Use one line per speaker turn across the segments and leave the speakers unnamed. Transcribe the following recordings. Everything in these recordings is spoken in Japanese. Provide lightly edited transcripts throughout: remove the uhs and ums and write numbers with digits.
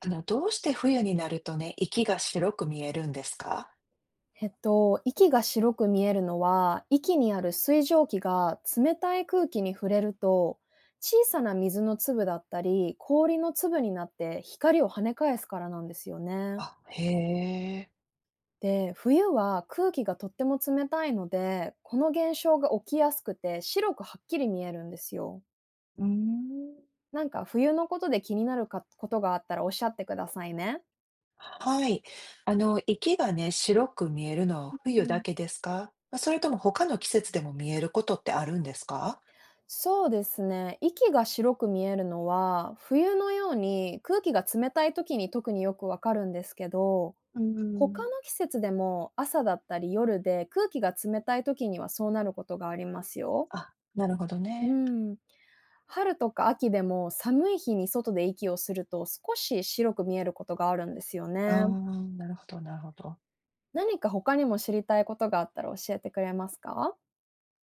どうして冬になるとね、息が白く見えるんですか？
息が白く見えるのは、息にある水蒸気が冷たい空気に触れると、小さな水の粒だったり、氷の粒になって光を跳ね返すからなんですよね。
あ、へえ。
で、冬は空気がとっても冷たいので、この現象が起きやすくて、白くはっきり見えるんですよ。
うーん。
なんか冬のことで気になるかことがあったらおっしゃってくださいね。
はい。息がね、白く見えるのは
う
冬だ
ん、
けですか？ま、それとも他の季節でも見えることってあるんですか？
そうですね。息が白く見えるのは、冬のように空気が冷たい時に特によくわかるんですけど、
うー
他
ん。
の季節でも朝だったり夜で空気が冷たい時にはそうなることがありますよ。
あ、なるほど
う
ね。
ん。春とか秋でも寒い日に外で息をすると少し白く見えることがあるんですよ
あ
ね。
あ、なるほどなるほど。
何か他にも知りたいことがあったら教えてくれますか？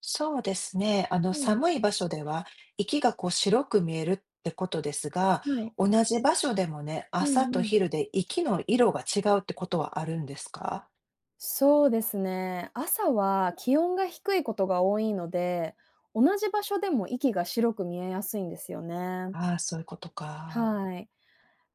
そうですね。
うん。
寒い場所では、息がこう白く見えるってことですが、
はい。
同じ場所でもね、
う
朝
んう
と
ん。
昼で息の色が違うってことはあるんですか。
そうですね。朝は気温が低いことが多いので、同じ場所でも息が白く見えやすいんですよね。
ああそういうことか。
はい。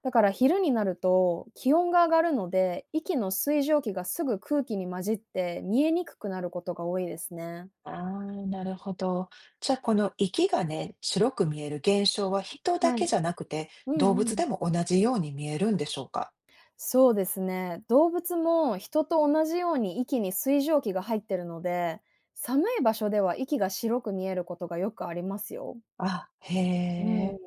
だから昼になると気温が上がるので、息の水蒸気がすぐ空気に混じって見えにくくなることが多いですね。
ああ、なるほど。じゃあ、この息がね、白く見える現象は人だ
は
け
い。
じゃなくて、
う
動
んう
物
ん。
でも同じように見えるんでしょうか。
そうですね。動物も人と同じように息に水蒸気が入ってるので、寒い場所では息が白く見えることがよくありますよ。
あ、へ
うん。
え。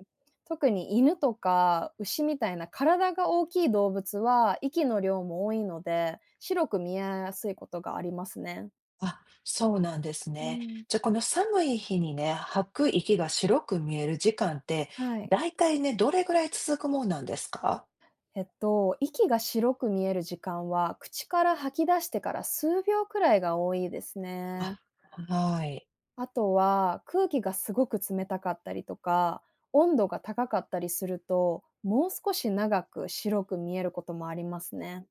特に犬とか牛みたいな体が大きい動物は息の量も多いので、白く見えやすいことがありますね。
あ、そうなんです
う
ね。
ん。
じゃ、あこの寒い日にね、吐く息が白く見える時間って、
はい。
だいたいね、どれぐらい続くもんなんですか？
息が白く見える時間は、口から吐き出してから数秒くらいが多いですね。
あ、はい。
あとは、空気がすごく冷たかったりとか、温度が高かったりすると、もう少し長く白く見えることもありますね。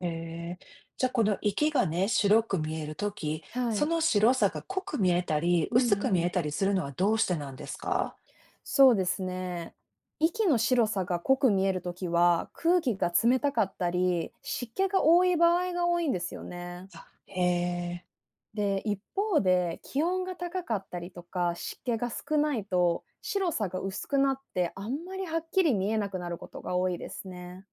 ええ。じゃ、あこの息がね、白く見えるとき、
は
そ
い。
の白さが濃く見えたり、
うん
薄く
う
見
ん、
えたりするのはどうしてなんですか？
そうですね。息の白さが濃く見えるときは、空気が冷たかったり、湿気が多い場合が多いんですよね。
あ、へえ、
で、一方で気温が高かったりとか、湿気が少ないと、白さが薄くなって、あんまりはっきり見えなくなることが多いですね。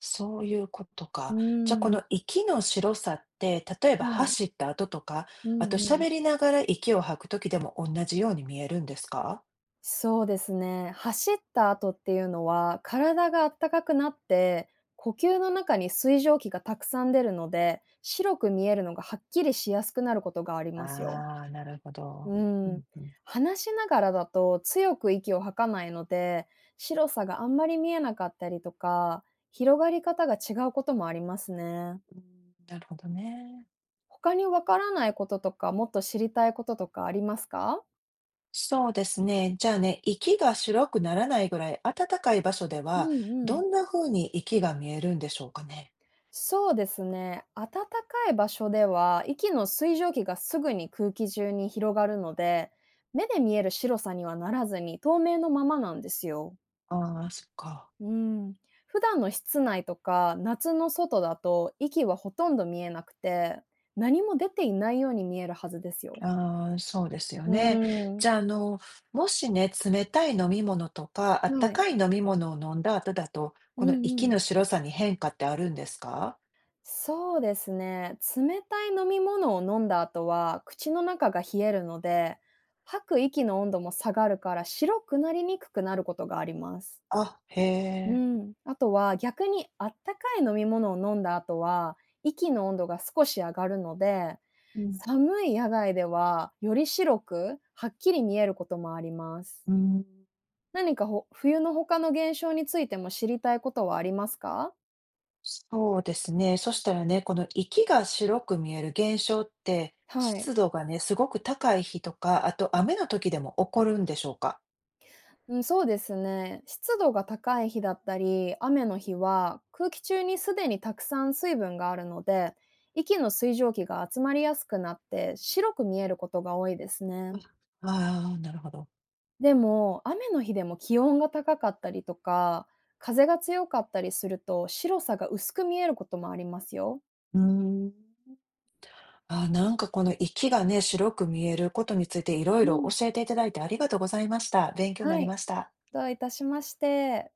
そういうこと
う
か。じゃ、あ
ー
こ
ん。
の息の白さって、例えば
はい。
走った後とか、
う
あ
ん
と
うん、
喋りながら息を吐くときでも同じように見えるんですか？
そうですね。走った後っていうのは、体が暖かくなって、呼吸の中に水蒸気がたくさん出るので、白く見えるのがはっきりしやすくなることがあり
あ
ますよ。
あ、なるほ
う
ど。う
ん。
んうん。
話しながらだと強く息を吐かないので、白さがあんまり見えなかったりとか、広がり方が違うこともありますね。
うーん、なるほどね。
他にわからないこととか、もっと知りたいこととかありますか？
そうですね。じゃあね、息が白くならないぐらい暖かい場所で
う
は、
んう
ど
ん。
んな風に息が見えるんでしょうかね？
そうですね。暖かい場所では、息の水蒸気がすぐに空気中に広がるので、目で見える白さにはならずに透明のままなんですよ。
ああ、そっか。
うん。普段の室内とか夏の外だと息はほとんど見えなくて、何も出ていないように見えるはずですよ。
ああ、そうですよ
う
ね。
ん。
じゃあ、もしね、冷たい飲み物とか、あっ
は
た
い。
かい飲み物を飲んだ後だと、
う
この
んう
息
ん。
の白さに変化ってあるんですか？
そうですね。冷たい飲み物を飲んだ後は、口の中が冷えるので、吐く息の温度も下がるから、白くなりにくくなることがあります。
あ、へ
う
え。
ん。あとは、逆にあったかい飲み物を飲んだ後は、息の温度が少し上がるので、
うん、
寒い野外では、より白く、はっきり見えることもあります。
うーん。
何か冬の他の現象についても知りたいことはありますか？
そうですね。そしたらね、この息が白く見える現象って、
はい。
湿度がね、すごく高い日とか、あと雨の時でも起こるんでしょうか？
うん、そうですね。湿度が高い日だったり、雨の日は空気中にすでにたくさん水分があるので、息の水蒸気が集まりやすくなって白く見えることが多いですね。
ああ、なるほど。
でも、雨の日でも気温が高かったりとか、風が強かったりすると白さが薄く見えることもありますよ。
うーん。あー、なんかこの息がね、白く見えることについていろ
う
いろ
ん。
教えていただいてありがとうございました。勉強にな
は
り
い。
ました。
どういたしまして。